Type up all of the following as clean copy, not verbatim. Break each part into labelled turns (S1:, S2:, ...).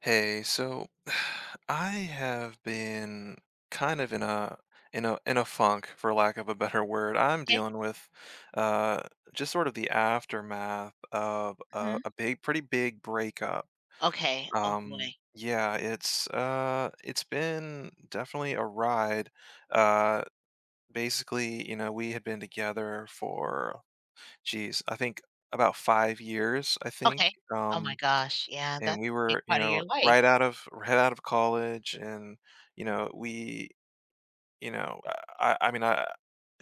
S1: Hey, so I have been kind of in a funk, for lack of a better word. I'm
S2: Okay.
S1: dealing with uh, just sort of the aftermath of a,
S2: Mhm.
S1: a big, pretty big breakup.
S2: Okay. Oh, boy.
S1: Yeah, it's been definitely a ride. Uh, Basically, we had been together for, geez, I think about 5 years, I think.
S2: Okay. Oh my gosh. Yeah,
S1: And
S2: that's
S1: we
S2: a big
S1: were,
S2: part of your life.
S1: right out of college, and you know, we, you know, I mean,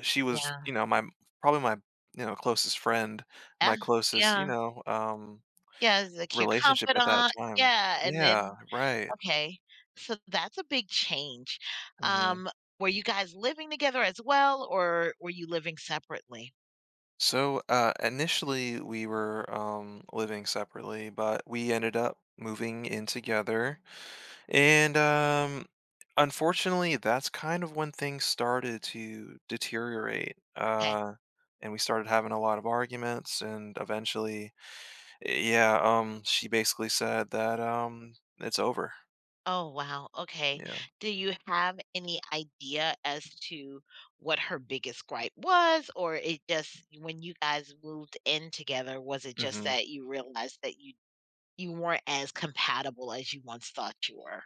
S1: she was,
S2: Yeah.
S1: my probably my, closest friend, my
S2: Yeah.
S1: closest,
S2: Yeah. Yeah, it's like your
S1: relationship at that
S2: confidant.
S1: time.
S2: Yeah, and
S1: Yeah,
S2: then
S1: right.
S2: okay. So that's a big change.
S1: hmm
S2: Um, were you guys living together as well, or were you living separately?
S1: So initially, we were living separately, but we ended up moving in together. And unfortunately, that's kind of when things started to deteriorate.
S2: 'Kay.
S1: And we started having a lot of arguments. And eventually, yeah, she basically said that it's over.
S2: Oh, wow. Okay.
S1: Yeah.
S2: Do you have any idea as to what her biggest gripe was? Or it just, when you guys moved in together, was it just
S1: hmm
S2: that you realized that you weren't as compatible as you once thought you were?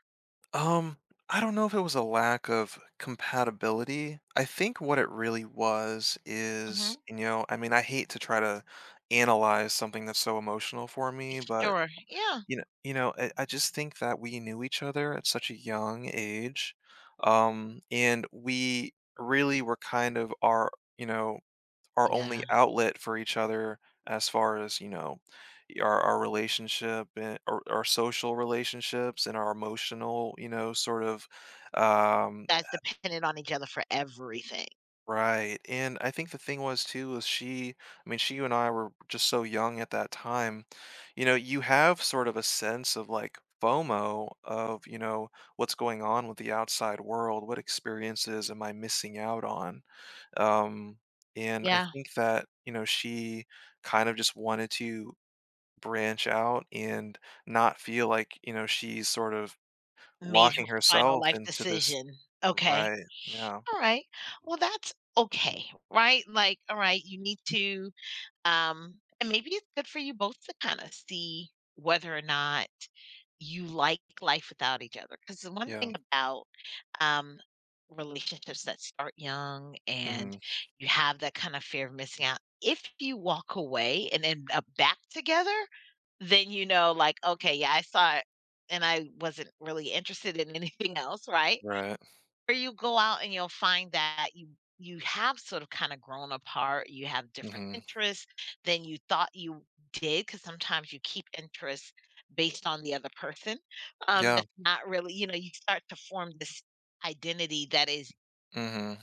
S1: Um, I don't know if it was a lack of compatibility. I think what it really was
S2: hmm
S1: is, I mean, I hate to try to analyze something that's so emotional for me, but
S2: Sure. Yeah.
S1: I just think that we knew each other at such a young age, and we really were kind of you know, our only
S2: Yeah.
S1: outlet for each other as far as, our relationship and our social relationships and our emotional, sort of. um
S2: That's dependent on each other for everything.
S1: Right, and I think the thing was too was she I mean, she you and I were just so young at that time. You have sort of a sense of like FOMO of, what's going on with the outside world, what experiences am I missing out on? Um, and I
S2: Yeah.
S1: think that, she kind of just wanted to branch out and not feel like, she's sort of
S2: Made her
S1: locking
S2: final
S1: herself
S2: life
S1: into this.
S2: decision. Okay.
S1: Right. Yeah.
S2: All right. Well, that's okay. Right. Like, all right, you need to, and maybe it's good for you both to kind of see whether or not you like life without each other. Because the one
S1: Yeah.
S2: thing about, um, relationships that start young and
S1: Mhm.
S2: you have that kind of fear of missing out, if you walk away and end up back together, then you know, like, okay, yeah, I saw it and I wasn't really interested in anything else, right?
S1: Right.
S2: Or you go out and you'll find that you have sort of kinda grown apart, you have different
S1: Mhm.
S2: interests than you thought you did because sometimes you keep interests based on the other person,
S1: Yeah,
S2: that's not really, you know, you start to form this identity that is
S1: mhm,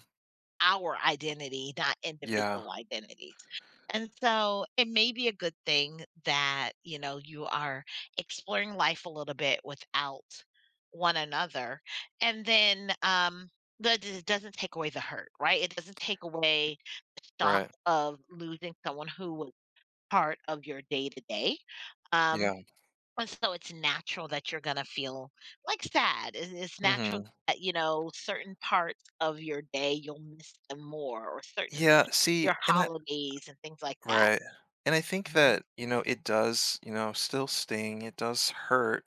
S2: our identity, not
S1: yeah,
S2: individual identities. And so it may be a good thing that, you know, you are exploring life a little bit without one another. And then that it doesn't take away the hurt, right? It doesn't take away the shock
S1: right,
S2: of losing someone who was part of your day to day. um,
S1: yeah,
S2: and so it's natural that you're gonna feel, like, sad. It's natural
S1: mhm.
S2: that, you know, certain parts of your day, you'll miss them more or certain
S1: Yeah, see,
S2: your
S1: and.
S2: holidays and things like that.
S1: Right. And I think
S2: Mhm.
S1: that, it does, still sting, it does hurt.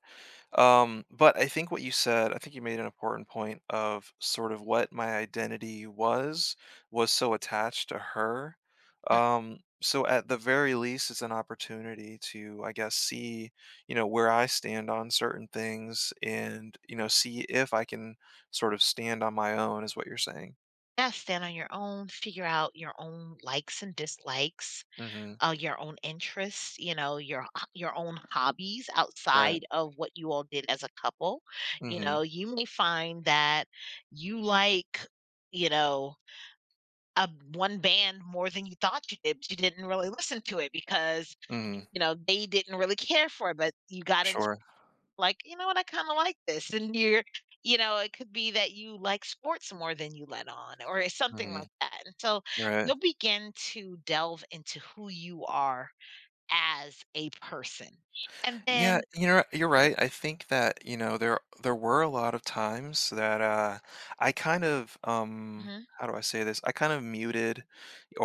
S1: But I think what you said, I think you made an important point of sort of what my identity was so attached to her.
S2: Mm.
S1: So at the very least, it's an opportunity to, I guess, see, where I stand on certain things and, see if I can sort of stand on my own, is what you're saying.
S2: Yeah, stand on your own, figure out your own likes and dislikes,
S1: Mm-hmm.
S2: your own interests, you know, your h your own hobbies
S1: Right.
S2: outside of what you all did as a couple. You
S1: Mm-hmm.
S2: know, you may find that you like, you know, A one band more than you thought you did, but you didn't really listen to it because,
S1: Mm-hmm.
S2: you know, they didn't really care for it. But you got into,
S1: Sure.
S2: like, you know what, I kind of like this. And you're, you know, it could be that you like sports more than you let on or it's something
S1: Mm-hmm.
S2: like that. And so
S1: Right.
S2: you'll begin to delve into who you are as a person. And
S1: Yeah,
S2: then,
S1: you're right. I think that, there were a lot of times that I kind of
S2: mhm.
S1: how do I say this? I kind of muted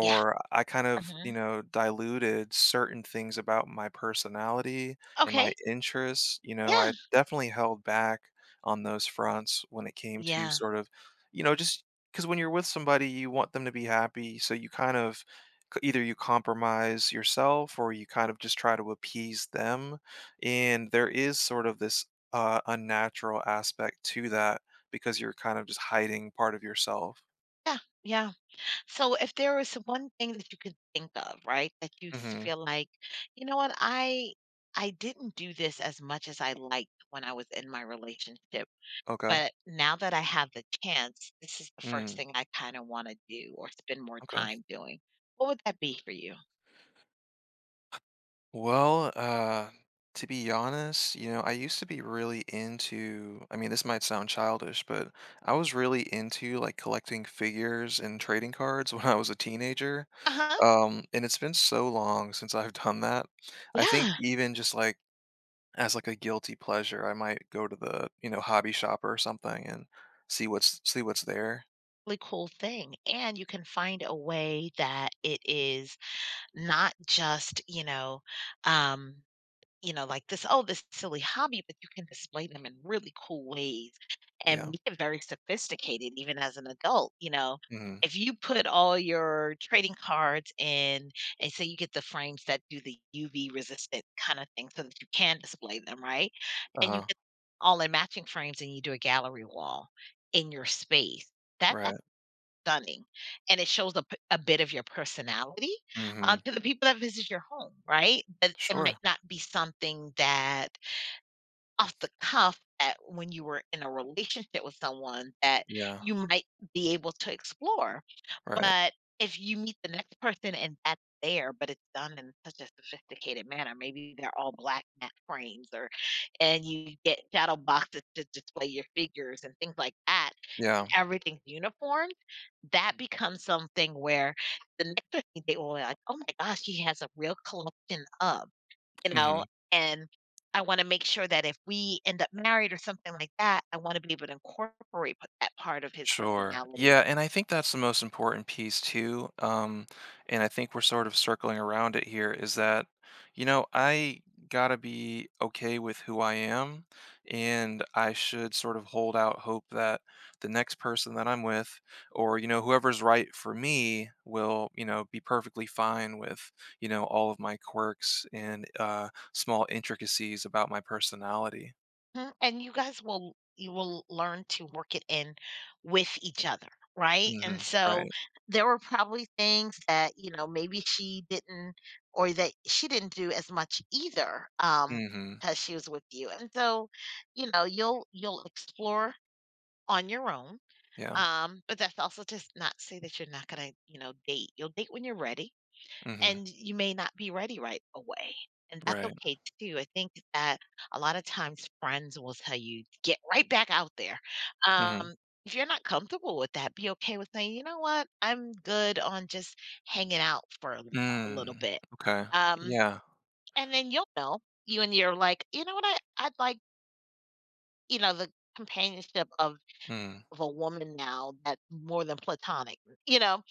S2: Yeah.
S1: I kind of,
S2: Mhm.
S1: diluted certain things about my personality and my
S2: Okay.
S1: interests.
S2: Yeah.
S1: I definitely held back on those fronts when it came to
S2: Yeah.
S1: sort of, just because when you're with somebody, you want them to be happy, so you kind of either you compromise yourself or you kind of just try to appease them and there is sort of this unnatural aspect to that because you're kind of just hiding part of yourself.
S2: Yeah. Yeah. So if there was one thing that you could think of, right, that you
S1: Mm-hmm.
S2: feel like, you know what, I didn't do this as much as I liked when I was in my relationship,
S1: Okay.
S2: but now that I have the chance, this is the first
S1: Mm,
S2: thing I kind of want to do or spend more
S1: okay.
S2: time doing. What would that be for you?
S1: Well, to be honest, I used to be really into, I mean, this might sound childish, but I was really into like collecting figures and trading cards when I was a teenager.
S2: Uh-huh.
S1: And it's been so long since I've done that. I think
S2: Yeah.
S1: even just like as, like, a guilty pleasure, I might go to the, hobby shop or something and see what's there.
S2: Really cool thing. And you can find a way that it is not just, um, you know, like this, oh, this silly hobby, but you can display them in really cool ways and
S1: Yeah.
S2: make it very sophisticated even as an adult, you know.
S1: Mhm.
S2: If you put all your trading cards in and say you get the frames that do the UV resistant kind of thing so that you can display them, right? And you
S1: Uh-huh.
S2: get all in matching frames and you do a gallery wall in your space. That
S1: Right.
S2: stunning, and it shows a bit of your personality,
S1: Mhm.
S2: to the people that visit your home, right? But it
S1: Sure.
S2: might not be something that off the cuff that when you were in a relationship with someone that
S1: Yeah.
S2: you might be able to explore.
S1: Right.
S2: But if you meet the next person and that's there, but it's done in such a sophisticated manner, maybe they're all black mat frames, or and you get shadow boxes to display your figures and things like that, and
S1: Yeah.
S2: everything's uniform, that becomes something where the next person you date will be like, oh my gosh, he has a real collection of, you know,
S1: Mhm.
S2: and I wanna make sure that if we end up married or something like that, I wanna be able to incorporate p that part of his
S1: Sure.
S2: personality.
S1: Yeah, and I think that's the most important piece too. And I think we're sort of circling around it here is that, I gotta be okay with who I am, and I should sort of hold out hope that the next person that I'm with, or, whoever's right for me will, be perfectly fine with, all of my quirks and small intricacies about my personality.
S2: Mhm, and you guys will, you will learn to work it in with each other, right? And
S1: Hmm.
S2: so,
S1: Right.
S2: there were probably things that, you know, maybe she didn't or that she didn't do as much either,
S1: hmm
S2: because she was with you, and so, you know, you'll explore on your own.
S1: Yeah.
S2: But that's also to not say that you're not gonna, you know, date. You'll date when you're ready,
S1: Hmm.
S2: and you may not be ready right away. And that's
S1: Right.
S2: okay too. I think that a lot of times friends will tell you, get right back out there.
S1: Hmm.
S2: Um, if you're not comfortable with that, be okay with saying, you know what, I'm good on just hanging out for a little
S1: Mm,
S2: bit.
S1: okay.
S2: Um,
S1: Yeah.
S2: and then you'll know you and you're like, you know what, I'd like, you know, the companionship
S1: Mm,
S2: of a woman now that's more than platonic, you know?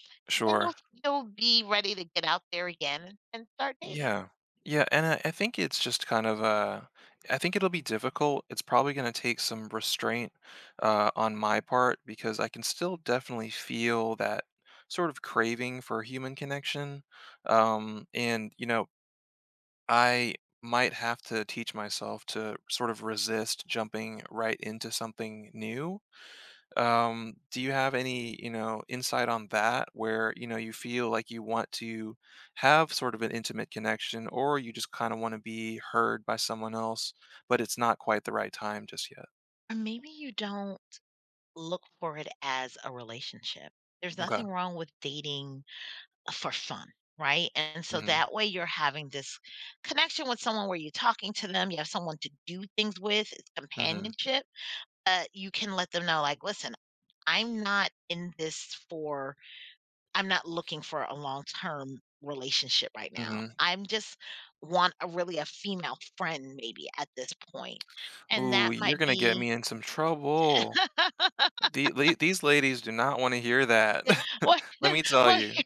S2: Then
S1: sure.
S2: you'll be ready to get out there again and start dating.
S1: Yeah, Yeah, and I think it's just kind of. I think it'll be difficult. It's probably going to take some restraint on my part because I can still definitely feel that sort of craving for human connection. And I might have to teach myself to sort of resist jumping right into something new. Do you have any, insight on that where, you feel like you want to have sort of an intimate connection or you just kind of want to be heard by someone else, but it's not quite the right time just yet?
S2: Or maybe you don't look for it as a relationship. There's
S1: Okay.
S2: nothing wrong with dating for fun, right? And so
S1: Mhm.
S2: that way you're having this connection with someone where you're talking to them, you have someone to do things with, it's
S1: Mhm.
S2: companionship. You can let them know, like, listen, I'm not in this for I'm not looking for a long-term relationship right now.
S1: Mhm.
S2: I'm just want a really a female friend maybe at this point, and that
S1: Ooh, you're
S2: might
S1: gonna get
S2: be
S1: me in some trouble. These ladies do not want to hear that.
S2: well
S1: Let me tell
S2: well,
S1: you.
S2: here,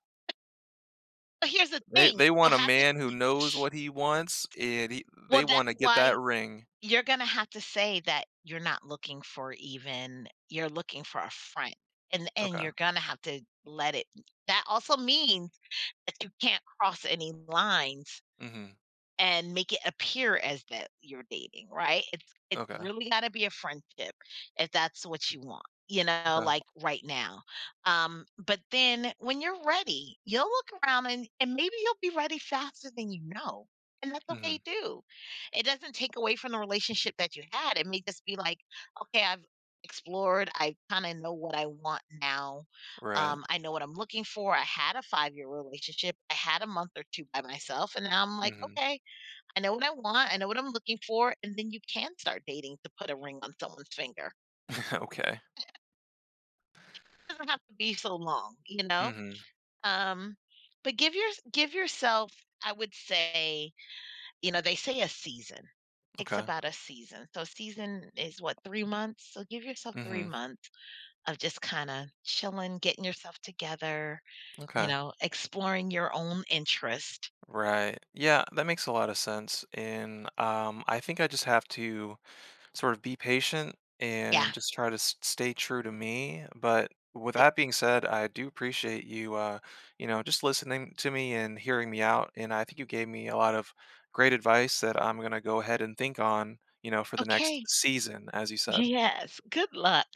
S2: here's the
S1: They
S2: thing,
S1: they
S2: you'll
S1: want a
S2: have to
S1: man who
S2: keep,
S1: knows what he wants and
S2: well,
S1: they want
S2: that's
S1: to get
S2: why
S1: that ring.
S2: you're gonna have to say that you're not looking for, even you're looking for a friend, and
S1: Okay.
S2: you're gonna have to let it, that also means that you can't cross any lines
S1: Mhm.
S2: and make it appear as that you're dating, right? It's
S1: Okay.
S2: really got to be a friendship if that's what you want, you know,
S1: Okay.
S2: like right now. But then when you're ready, you'll look around and maybe you'll be ready faster than you know. And that's okay
S1: Mhm.
S2: too. It doesn't take away from the relationship that you had. It may just be like, okay, I've explored. I kind of know what I want now.
S1: Right.
S2: I know what I'm looking for. I had a 5 year relationship. I had a month or two by myself, and now I'm like,
S1: Mhm.
S2: okay, I know what I want, I know what I'm looking for, and then you can start dating to put a ring on someone's finger.
S1: Okay.
S2: Doesn't have to be so long, you know?
S1: Mhm.
S2: Um, but give your give yourself, I would say, you know, they say a season. Takes
S1: Okay.
S2: about a season. So season is what, 3 months? So give yourself 3
S1: Mhm.
S2: months of just kinda chilling, getting yourself together, you
S1: Okay.
S2: know, exploring your own interest.
S1: Right. Yeah, that makes a lot of sense. And I think I just have to sort of be patient
S2: Yeah.
S1: and just try to stay true to me. But with
S2: Like,
S1: that being said, I do appreciate you, just listening to me and hearing me out. And I think you gave me a lot of great advice that I'm gonna go ahead and think on, for the next
S2: okay.
S1: season, as you said.
S2: Yes. Good luck.